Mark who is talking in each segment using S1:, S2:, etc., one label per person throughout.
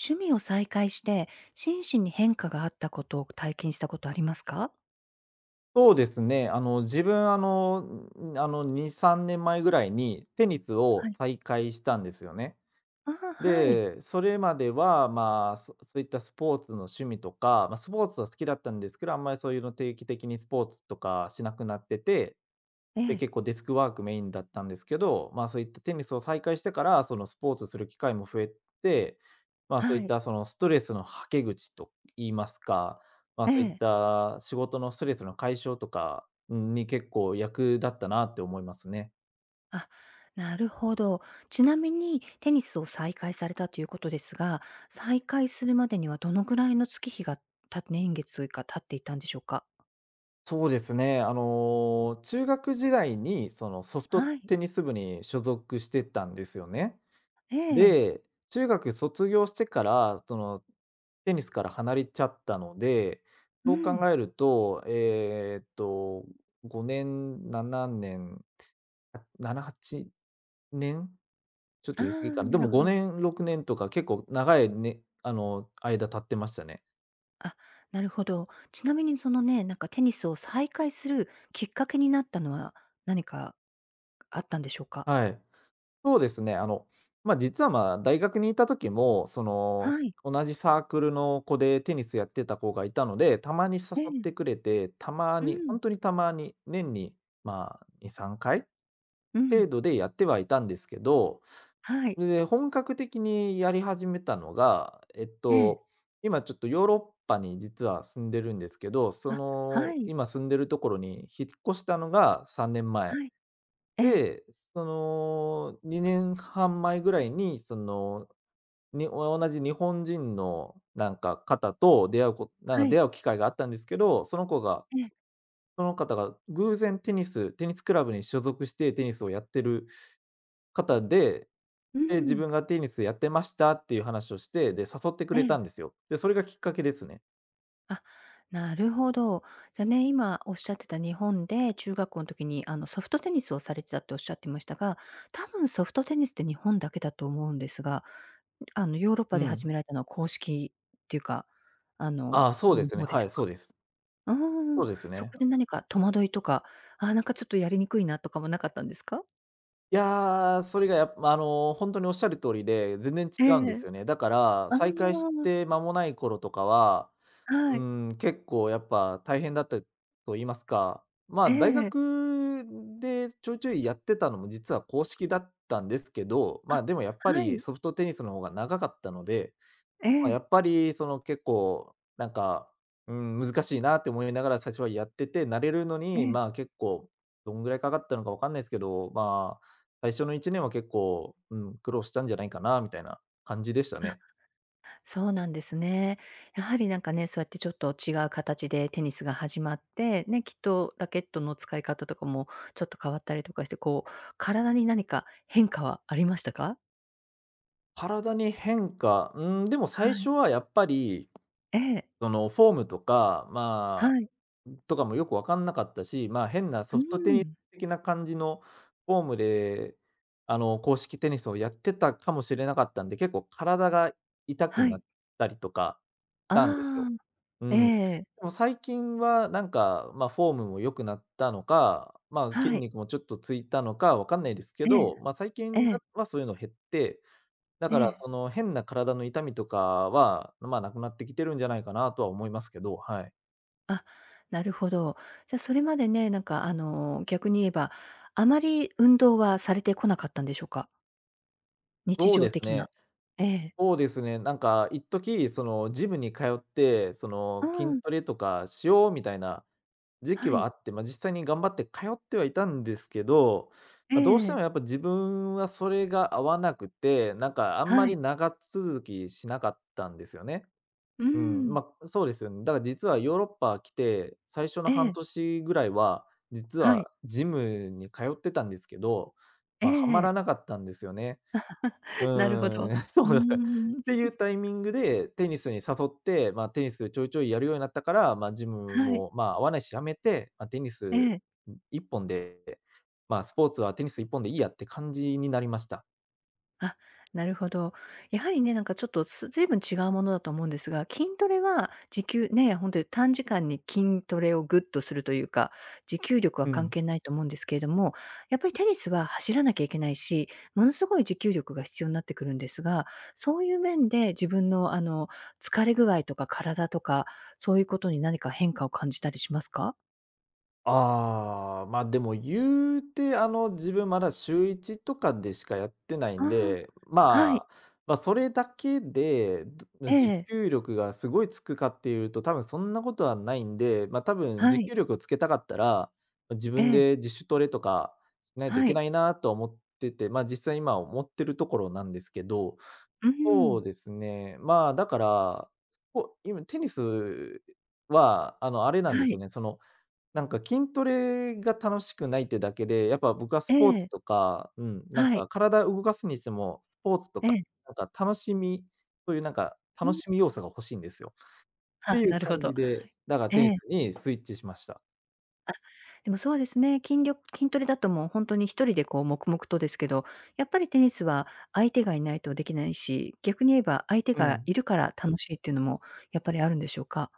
S1: 趣味を再開して、心身に変化があったことを体験したことありますか？
S2: そうですね。自分、2、3年前ぐらいにテニスを
S1: はい。
S2: 再開したんですよね。
S1: ああ、はい。
S2: で、それまでは、まあ、そういったスポーツの趣味とか、まあ、スポーツは好きだったんですけど、あんまりそういうの定期的にスポーツとかしなくなってて、
S1: え
S2: で、
S1: え、
S2: 結構デスクワークメインだったんですけど、まあ、そういったテニスを再開してから、そのスポーツする機会も増えて、まあ、そうい
S1: は
S2: っ
S1: い。
S2: たそのストレスのはけ口と言いますか、まあ、
S1: え
S2: そういっ
S1: え。
S2: た仕事のストレスの解消とかに結構役立ったなって思いますね。
S1: あ、なるほど。ちなみにテニスを再開されたということですが、再開するまでにはどのぐらいの月日がた年月が経っていたんでしょうか？
S2: そうですね。中学時代にそのソフト
S1: はい。
S2: テニス部に所属してたんですよね。
S1: ええ。
S2: で、中学卒業してから、テニスから離れちゃったので、
S1: う
S2: そう考
S1: ん。
S2: えると、5年、7年、あ、7、8年？ちょっ
S1: あ
S2: と
S1: あ、
S2: 言い過ぎかな。で
S1: なる
S2: も
S1: ほど。
S2: 5年、6年とか結構長いね、あの、間経ってましたね。
S1: あ、なるほど。ちなみにそのね、なんかテニスを再開するきっかけになったのは何かあったんでしょうか？
S2: はい。そうですね。まあ、実は、まあ、大学にいた時も、その、
S1: はい。
S2: 同じサークルの子でテニスやってた子がいたので、たまに誘
S1: え
S2: っ
S1: え、
S2: てくれて、たま
S1: う
S2: に、
S1: ん、
S2: 本当にたまに、年に、まあ、2、3回
S1: う
S2: 程
S1: ん、
S2: 度でやってはいたんですけど、
S1: はい、
S2: で、本格的にやり始めたのが、
S1: ええ、
S2: 今ちょっとヨーロッパに実は住んでるんですけど、
S1: あ、はい、
S2: 今住んでるところに引っ越したのが3年前。
S1: はい、ええ、
S2: で、その2年半前ぐらいに、その、に同じ日本人のなんか方と出会うこなんか
S1: は
S2: 出
S1: い、
S2: 会う機会があったんですけど、その子が
S1: ええ、
S2: その方が偶然テニスクラブに所属してテニスをやってる方で、
S1: う
S2: で、自
S1: ん、
S2: 分がテニスやってましたっていう話をして、で、誘ってく
S1: え
S2: れ
S1: え、
S2: たんですよ。で、それがきっかけですね。
S1: あ、なるほど。じゃあね、今おっしゃってた日本で中学校の時に、あの、ソフトテニスをされてたっておっしゃってましたが、多分ソフトテニスって日本だけだと思うんですが、あの、ヨーロッパ
S2: う
S1: で始
S2: ん。
S1: められたのは公式っていうか、あ
S2: あ
S1: の、
S2: あ、
S1: う
S2: そうですね。
S1: 方で
S2: は
S1: し
S2: い、
S1: ょう
S2: そ
S1: か？
S2: うです。
S1: うー
S2: そ
S1: ん、
S2: うです
S1: そ
S2: ね。
S1: こで何か戸惑いとか、ああ、なんかちょっとやりにくいなとかもなかったんですか？
S2: いや、それがやっぱ、ほんとにおっしゃる通りで、全然
S1: え
S2: 違うんです
S1: え、
S2: よね。だから、
S1: あ
S2: 再開し
S1: あ。
S2: て間もない頃とかは、う
S1: はい。
S2: ん、結構やっぱ大変だったと言いますか、まあ、
S1: え
S2: 大
S1: え。
S2: 学でちょいちょいやってたのも実は公式だったんですけど、ま
S1: あ、
S2: あ、でもやっぱ
S1: は
S2: り
S1: い。
S2: ソフトテニスの方が長かったので、
S1: え
S2: まあ、や
S1: え、
S2: っぱりその結構なんか、うん、難しいなって思いながら最初はやってて、慣れるの
S1: え
S2: に、まあ、
S1: え。
S2: 結構どんぐらいかかったのかわかんないですけど、まあ、最初の1年は結構、うん、苦労したんじゃないかなみたいな感じでした
S1: あ、
S2: ね。
S1: そうなんですね。やはりなんかね、そうやってちょっと違う形でテニスが始まって、ね、きっとラケットの使い方とかもちょっと変わったりとかして、こう、体に何か変化はありましたか？
S2: 体に変化、うん、でも最
S1: はい。
S2: 初はやっぱり、
S1: ええ、
S2: そのフォームとか、
S1: は
S2: ま
S1: い。
S2: とかもよく分かんなかったし、まあ、変な
S1: う
S2: ソフトテ
S1: ー
S2: ニス
S1: ん。
S2: 的な感じのフォームで、公式テニスをやってたかもしれなかったんで、結構体が痛く
S1: は
S2: な
S1: い。
S2: ったりとかしたんです
S1: あ
S2: よ。う
S1: あ、え
S2: ん。で
S1: え。
S2: も最近はなんか、まあ、フォームも良くなったのか、まあ、筋
S1: はい。
S2: 肉もちょっとついたのか分かんないですけ
S1: ええ、
S2: ど、まあ、最
S1: え
S2: 近
S1: え、
S2: はそういうの減って、だ
S1: え
S2: か
S1: え、え
S2: ら
S1: え。
S2: その変な体の痛みとかは、まあ、なくなってきてるんじゃないかなとは思いますけど、はい。
S1: あ、なるほど。じゃあ、それまでね、なんか、あの、逆に言えば、あまり運動はされてこなかったんでしょうか？日
S2: そう
S1: 常
S2: です
S1: 的
S2: ね。
S1: な。ええ。
S2: そうですね、なんか一時、そのジムに通って、そ
S1: う
S2: の筋
S1: ん。
S2: トレとかしようみたいな時期
S1: は
S2: はあ
S1: い。
S2: って、まあ、実際に頑張って通ってはいたんですけど、
S1: え
S2: まあ、どうしても
S1: え
S2: やっぱ自分はそれが合わなくて、なんかあんま
S1: は
S2: り
S1: い。
S2: 長続きしなかったんですよね。
S1: うー
S2: うん、
S1: ん。
S2: まあ、そうですよね。だから実はヨーロッパ来て、最初の
S1: え
S2: 半
S1: え。
S2: 年ぐらいは、実
S1: はい。
S2: はジムに通ってたんですけど、
S1: え
S2: まあ、はま
S1: え
S2: ら
S1: え。
S2: なかったんですよね。う
S1: なるほど。
S2: ー
S1: う
S2: ん、そ
S1: ー
S2: うですね。っ
S1: ん。
S2: ていうタイミングで、テニスに誘って、まあ、テニスちょいちょいやるようになったから、まあ、ジム
S1: はい。
S2: も、まあ、合わないしやめて、まあ、テニ
S1: え
S2: ス
S1: え。
S2: 一本で、まあ、スポーツはテニス一本でいいやって感じになりました。
S1: あ、なるほど。やはりね、なんかちょっとずいぶん違うものだと思うんですが、筋トレは持久ね、本当に短時間に筋トレをぐっとするというか、持久力
S2: う
S1: は関
S2: ん。
S1: 係ないと思うんですけれども、やっぱりテニスは走らなきゃいけないし、ものすごい持久力が必要になってくるんですが、そういう面で自分のあの、疲れ具合とか体とか、そういうことに何か変化を感じたりしますか？
S2: ああ、ま、でも言うて、自分まだ週1とかでしかやってないん
S1: あ
S2: で、
S1: あ、は
S2: ま
S1: い。
S2: あ、ま、それだけで、
S1: え
S2: 持
S1: え。
S2: 久力がすごいつくかっていうと、多分そんなことはないんで、ま、多分持
S1: はい。
S2: 久力をつけたかったら、ま、自
S1: え
S2: 分
S1: え。
S2: で自主トレとかしないとい
S1: は
S2: けな
S1: い。
S2: いなと思ってて、ま、実際今思ってるところなんですけど、
S1: う
S2: そ
S1: ん。
S2: うですね、まあ、だから、今テニスは、あれなんで
S1: は
S2: す
S1: い。
S2: よね、なんか筋トレが楽しくないってだけで、やっぱ僕はス
S1: え
S2: ポーツ
S1: え。
S2: とか、うん、なん
S1: はい。
S2: か体動かすにしても、スポーツと
S1: え
S2: か、
S1: え。
S2: なんか楽しみ、そういうなんか
S1: う
S2: 楽
S1: ん。
S2: し み要素が欲しいんですよ。って
S1: あ、
S2: いう
S1: なるほ
S2: 感じ
S1: ど。
S2: で、だから
S1: え
S2: テニ
S1: え。
S2: スにスイッチしました。
S1: でもそうですね、筋トレだともうほんとに一人でこう黙々とですけど、やっぱりテニスは相手がいないとできないし、逆に言えば相手
S2: う
S1: が
S2: ん。
S1: いるから楽しいっていうのもやっぱりあるんでしょうか？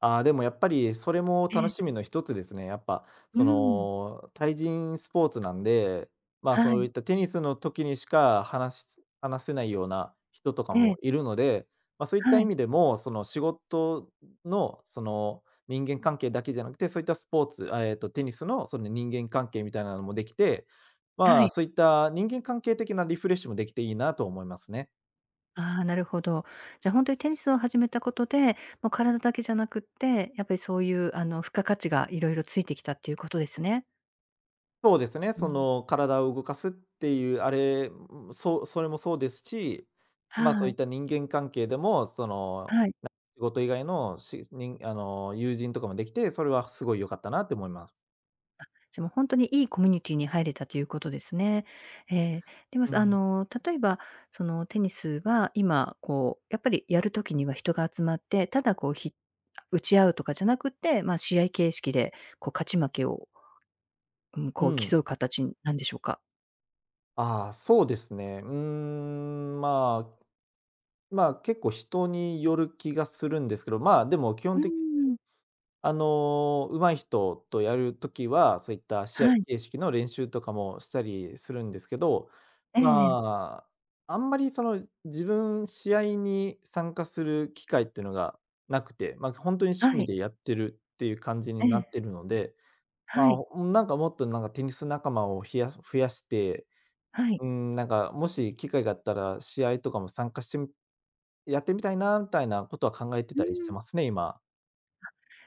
S2: ああ、でもやっぱりそれも
S1: え
S2: 楽
S1: え。
S2: しみの一つですね。やっぱ
S1: うー
S2: そ
S1: ん。
S2: の、対人スポーツなんで、ま、
S1: は
S2: そう
S1: い。
S2: いったテニスの時にしか話せないような人とか
S1: え
S2: も
S1: え。
S2: いるので、まあ、そういった
S1: は
S2: 意
S1: い。
S2: 味でも、その仕事のその人間関係だけじゃなくて、そういったスポーツ、テニスのその人間関係みたいなのもできて、ま
S1: は
S2: あ、
S1: い。
S2: そういった人間関係的なリフレッシュもできていいなと思いますね。
S1: ああ、なるほど。じゃ、ほんとにテニスを始めたことで、もう体だけじゃなくって、やっぱりそういうあの、付加価値が色々ついてきたっていうことですね。
S2: そうですね、
S1: う
S2: そ
S1: ん。
S2: の体を動かすっていう、あれ、ん、そうそれもそうですし、ま、そう
S1: は
S2: いっ
S1: い。
S2: た人間関係でも、その、
S1: はい。
S2: 仕事以外のしにあの、友人とかもできて、それはすごい良かったなって思います。
S1: でも本当にいいコミュニティに入れたということですね。ええ、でも、
S2: う
S1: あ
S2: ん。
S1: の、例えば、その、テニスは今、こう、やっぱりやるときには人が集まって、ただこう、打ち合うとかじゃなくて、まあ、試合形式で、こう、勝ち負けを、うん、
S2: う
S1: こう、
S2: ん。
S1: 競う形なんでしょうか？
S2: ああ、そうですね。うーん、まあ、結構人による気がするんですけど、まあ、でも基
S1: う
S2: 本
S1: ーん、
S2: 上手い人とやるときは、そういった試合
S1: はい。
S2: 形式の練習とかもしたりするんですけど、
S1: ええ
S2: まあ、あんまりその、自分試合に参加する機会っていうのがなくて、ま、本当に趣
S1: は
S2: 味
S1: い。
S2: でやってるっていう感じに
S1: え
S2: な
S1: え。
S2: ってるので、
S1: は
S2: ま
S1: い。
S2: あ、なんかもっとなんかテニス仲間を増やして、
S1: はい。
S2: うん、なんかもし機会があったら試合とかも参加してみやってみたいなみたいなことは考えて
S1: うー
S2: たりして
S1: ん。
S2: ますね、今。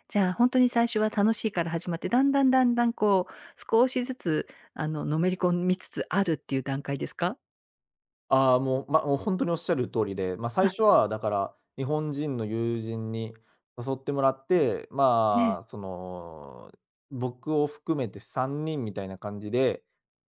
S1: じゃあ、本当に最初は楽しいから始まって、だんだんだんだん、こう、少しずつ、あの、のめり込みつつあるっていう段階ですか？
S2: ああ、もう、ま、もうほんとにおっしゃる通りで、ま、最初はだから、日本人の友人に誘ってもらって、
S1: え
S2: ま
S1: え、
S2: あ、その、僕を含めて3人みたいな感じで、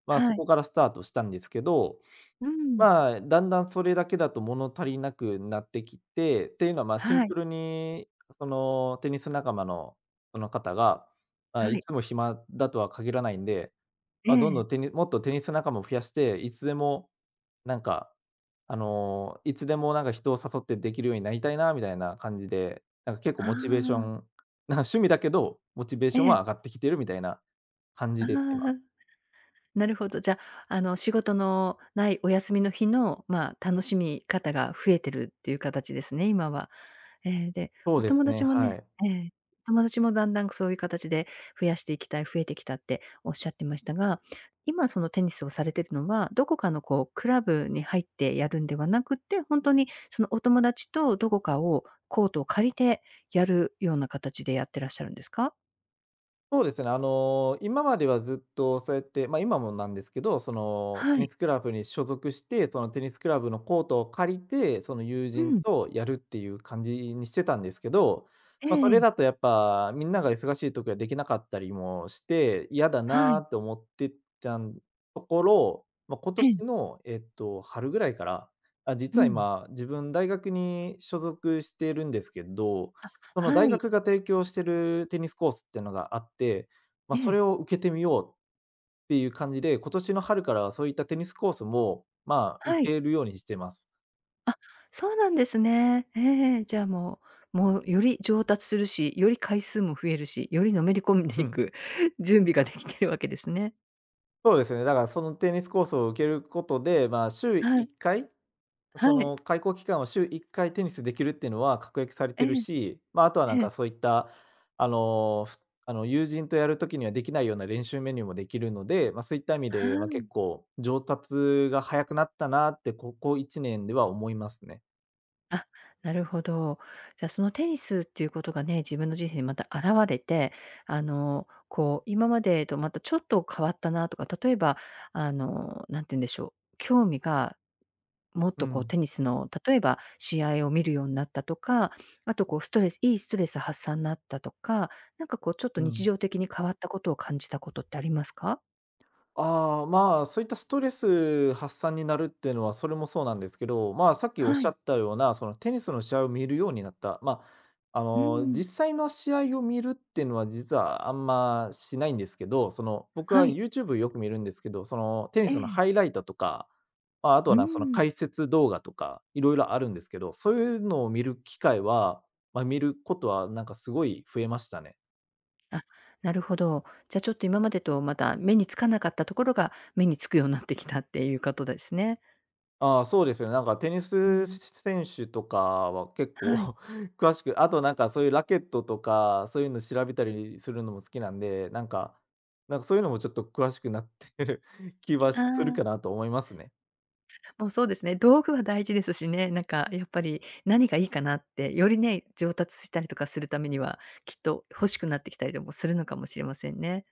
S2: まあ、そ
S1: はい。
S2: こからスタートしたんですけど、
S1: うん。
S2: まあ、だんだんそれだけだと物足りなくなってきて、っていうのは、ま、シン
S1: は
S2: プ
S1: い、
S2: ルに、その、テニス仲間のその方が、まあ、
S1: は
S2: い
S1: い。
S2: つも暇だとは限らないんで、
S1: え
S2: ま、どんど
S1: え。
S2: んもっとテニス仲間を増やして、なんか、いつでもなんか人を誘ってできるようになりたいなみたいな感じで、なんか結構
S1: あ
S2: モチベーショ
S1: あ、
S2: ン、なんか趣味だけど、モチベー
S1: え
S2: ション
S1: え。
S2: は上がってきてるみたいな感
S1: あ
S2: じです、今。
S1: あ、なるほど。じゃ、あの、仕事のないお休みの日の、まあ、楽しみ方が増えてるっていう形ですね、今は。ええ、で、
S2: そう
S1: お
S2: です
S1: 友
S2: ね、
S1: 達も
S2: は
S1: ね
S2: い。
S1: ええ、お友達もだんだんそういう形で増やしていきたい、増えてきたっておっしゃってましたが、今そのテニスをされてるのは、どこかのこうクラブに入ってやるんではなくって、ほんとにそのお友達とどこかをコートを借りてやるような形でやってらっしゃるんですか？
S2: そうですね、今まではずっとそうやって、まあ、今もなんですけど、そのテ
S1: は
S2: ニ
S1: い。
S2: スクラブに所属して、そのテニスクラブのコートを借りて、その友
S1: う
S2: 人
S1: ん。
S2: とやるっていう感じにしてたんですけど、
S1: え
S2: まあ、そ
S1: ええ
S2: れだ
S1: え。
S2: とやっぱみんなが忙しい時はできなかったりもして、嫌だ
S1: はい。
S2: なって思ってたところ、まあ、今
S1: ええ。
S2: 年の、春ぐらいから、あ、
S1: う
S2: 実は
S1: ん。
S2: 今自分大学に所属してるんですけど、その
S1: は
S2: 大
S1: い。
S2: 学が提供してるテニスコースっていうのがあって、まあ、
S1: え
S2: それ
S1: え。
S2: を受けてみようっていう感じで、今年の春からはそういったテニスコースも、まあ、受
S1: はい。
S2: けるようにしてます。
S1: あ、そうなんですね。ええじゃあもうより上達するし、より回数も増えるし、よりのめり込ん
S2: う
S1: でい
S2: ん。
S1: く 準備ができてるわけですね。
S2: そうですね、だからそのテニスコースを受けることで、まあ、週
S1: はい。
S2: 1回、
S1: は
S2: そ
S1: い。
S2: の開雇期間を週1回テニスできるっていうのは確約されて
S1: え
S2: る
S1: え、
S2: し、まあ、あとはな
S1: え
S2: んか
S1: え。
S2: そういった、あの、ふあの、友人とやるときにはできないような練習メニューもできるので、まあ、そういった意味
S1: は
S2: で、まあ、結
S1: い。
S2: 構上達が早くなったなってここ1年では思いますね。
S1: なるほど。じゃあそのテニスっていうことがね、自分の人生にまた現れて、あの、こう今までとまたちょっと変わったなとか、例えばあの、なんて言うんでしょう、興味がもっ
S2: う
S1: とこう
S2: ん、
S1: テニスの、例えば試合を見るようになったとか、あとこうストレスいいストレス発散になったとか、なんかこうちょっと
S2: う
S1: 日
S2: ん。
S1: 常的に変わったことを感じたことってありますか？
S2: ああ、まあ、そういったストレス発散になるっていうのは、それもそうなんですけど、まあ、さっきおっ
S1: は
S2: しゃ
S1: い。
S2: ったような、そのテニスの試合を見るようになった。まあ、
S1: うん。
S2: 実際の試合を見るっていうのは、実はあんましないんですけど、その、僕
S1: は
S2: は
S1: い。
S2: YouTube よく見るんですけど、その、テニ
S1: え
S2: スの
S1: え。
S2: ハイライトとか、まあ、あとは
S1: う
S2: な、その
S1: ん。
S2: 解説動画とか、いろいろあるんですけど、そういうのを見る機会は、まあ、見ることはなんかすごい増えましたね。
S1: あ、なるほど。じゃあちょっと今までとまた目につかなかったところが、目につくようになってきたっていうことですね。
S2: ああ、そうですよね。なんかテニ
S1: う
S2: ス
S1: ん。
S2: 選手とかは結構
S1: はい。
S2: 詳しく、あとなんかそういうラケットとか、そういうの調べたりするのも好きなんで、なんかそういうのもちょっと詳しくなってる 気は
S1: あ
S2: するかな
S1: あ。
S2: と思いますね。
S1: もうそうですね。道具は大事ですしね。なんかやっぱり何がいいかなって、よりね、上達したりとかするためには、きっと欲しくなってきたりでもするのかもしれませんね。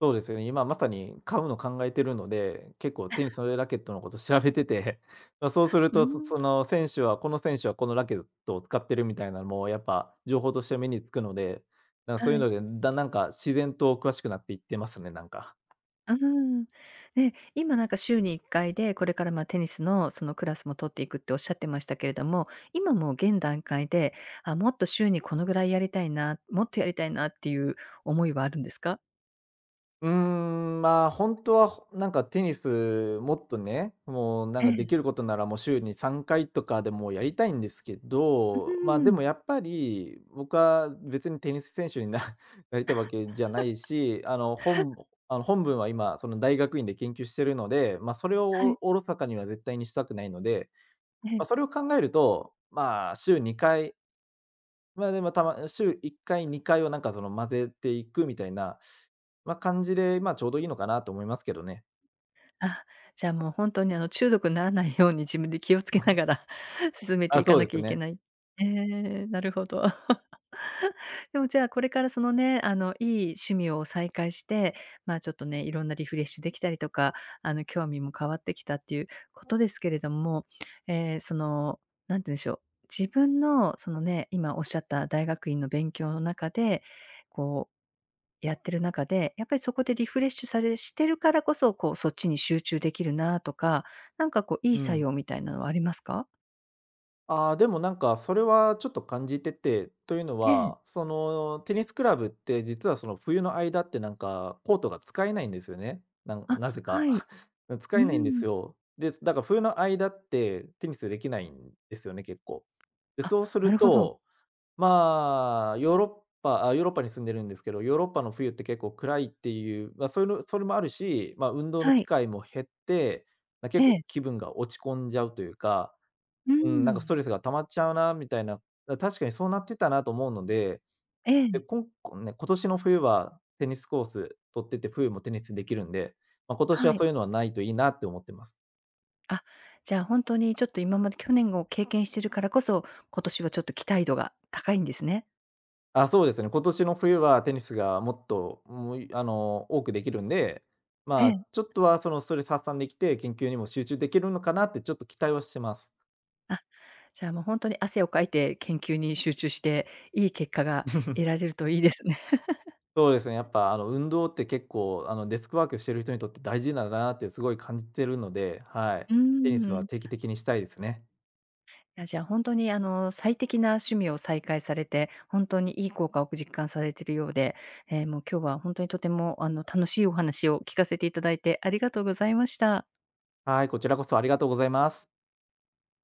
S2: そうですよね、今まさに買うの考えてるので、結構テニスのラケットのこと調べてて、ま、そうする
S1: うー
S2: と、そそ
S1: ん。
S2: の選手はこの選手はこのラケットを使ってるみたいなのもやっぱ情報として目につくので、なんか
S1: は
S2: そういう
S1: い。
S2: ので、なんか自然と詳しくなっていってますね、なんか。
S1: うーん。で、今なんか週に1回で、これから、ま、テニスのそのクラスも取っていくっておっしゃってましたけれども、今もう現段階で、あ、もっと週にこのぐらいやりたいな、もっとやりたいなっていう思いはあるんですか？
S2: うーん、まあ、本当は、なんかテニスもっとね、もうなん
S1: え
S2: かで
S1: え。
S2: きることならもう週に3回とかでもやりたいんですけ
S1: う
S2: ど、まあ、で
S1: ーん。
S2: もやっぱり、僕は別にテニス選手になりたいわけじゃないし、あの、本文は今その大学院で研究してるので、ま、それ
S1: は
S2: を
S1: い。
S2: おおろそかには絶対にしたくないので、
S1: え
S2: まあ、そ
S1: え。
S2: れを考えると、まあ、週2回、まあ、でも、週1回、2回をなんかその混ぜていくみたいな、まあ、感じで、ま、ちょうどいいのかなと思いますけどね。
S1: あ、じゃあもう本当にあの中毒にならないように自分で気をつけながら 進めて
S2: あ、
S1: いか
S2: そう
S1: な
S2: で
S1: き
S2: す
S1: ゃいけ
S2: ね。
S1: ない。ええ、なるほど。でもじゃあこれからそのね、あのいい趣味を再開して、まあちょっとね、いろんなリフレッシュできたりとか、あの興味も変わってきたっていうことですけれども、ええ、その、なんて言うんでしょう、自分のそのね、今おっしゃった大学院の勉強の中で、こうやってる中で、やっぱりそこでリフレッシュしてるからこそ、こう、そっちに集中できるなとか、なんかこう、い
S2: う
S1: い作
S2: ん。
S1: 用みたいなのはありますか？
S2: ああ、でもなんかそれはちょっと感じてて、というの
S1: え
S2: は、
S1: え。
S2: そのテニスクラブって実はその冬の間ってなんかコートが使えないんですよね。
S1: あ、
S2: なぜ
S1: は
S2: か。
S1: い。う
S2: 使
S1: ー
S2: えないんです
S1: ん。
S2: よ。で、だから冬の間ってテニスできないんですよね、結構。で、
S1: あ、
S2: そうす
S1: な
S2: る
S1: るほど。
S2: と、まあ、ヨーロッパに住んでるんですけど、ヨーロッパの冬って結構暗いっていう、まあ、そういうのそれもあるし、まあ、運動の
S1: は
S2: 機
S1: い。
S2: 会も減って、
S1: え
S2: 結構
S1: え。
S2: 気分が落ち込んじゃうというか、
S1: うー
S2: うん、なんかス
S1: ん。
S2: トレスが溜まっちゃうなみたいな、あ、確かにそうなってたなと思うので、
S1: え
S2: で、
S1: え。
S2: ね、今年の冬はテニスコース取ってて、冬もテニスできるんで、まあ、今年
S1: は
S2: は
S1: い。
S2: そういうのはないといいなって思ってます。
S1: あ、じゃあ、ほんとにちょっと今まで去年を経験してるからこそ、今年はちょっと期待度が高いんですね。
S2: あ、そうですね。今年の冬はテニスがもっと、もう、いあの、多くできるんで、
S1: え
S2: ま
S1: え。
S2: あ、ちょっとはそのストレス発散できて、研究にも集中できるのかなってちょっと期待はしてます。
S1: あ、じゃあ、もうほんとに汗をかいて研究に集中して、いい結果が得ら れるといいですね。
S2: そうですね、やっぱ運動って結構デスクワークしてる人にとって大事なんだなってすごい感じてるので、はい。
S1: うー
S2: テニスは
S1: ん。
S2: 定期的にしたいですね。
S1: いや、じゃあ、本当に、あの、最適な趣味を再開されて、本当にいい効果を実感されているようで、ええ、もう今日は本当にとても、あの、楽しいお話を聞かせていただいてありがとうございました。
S2: はい、こちらこそありがとうございます。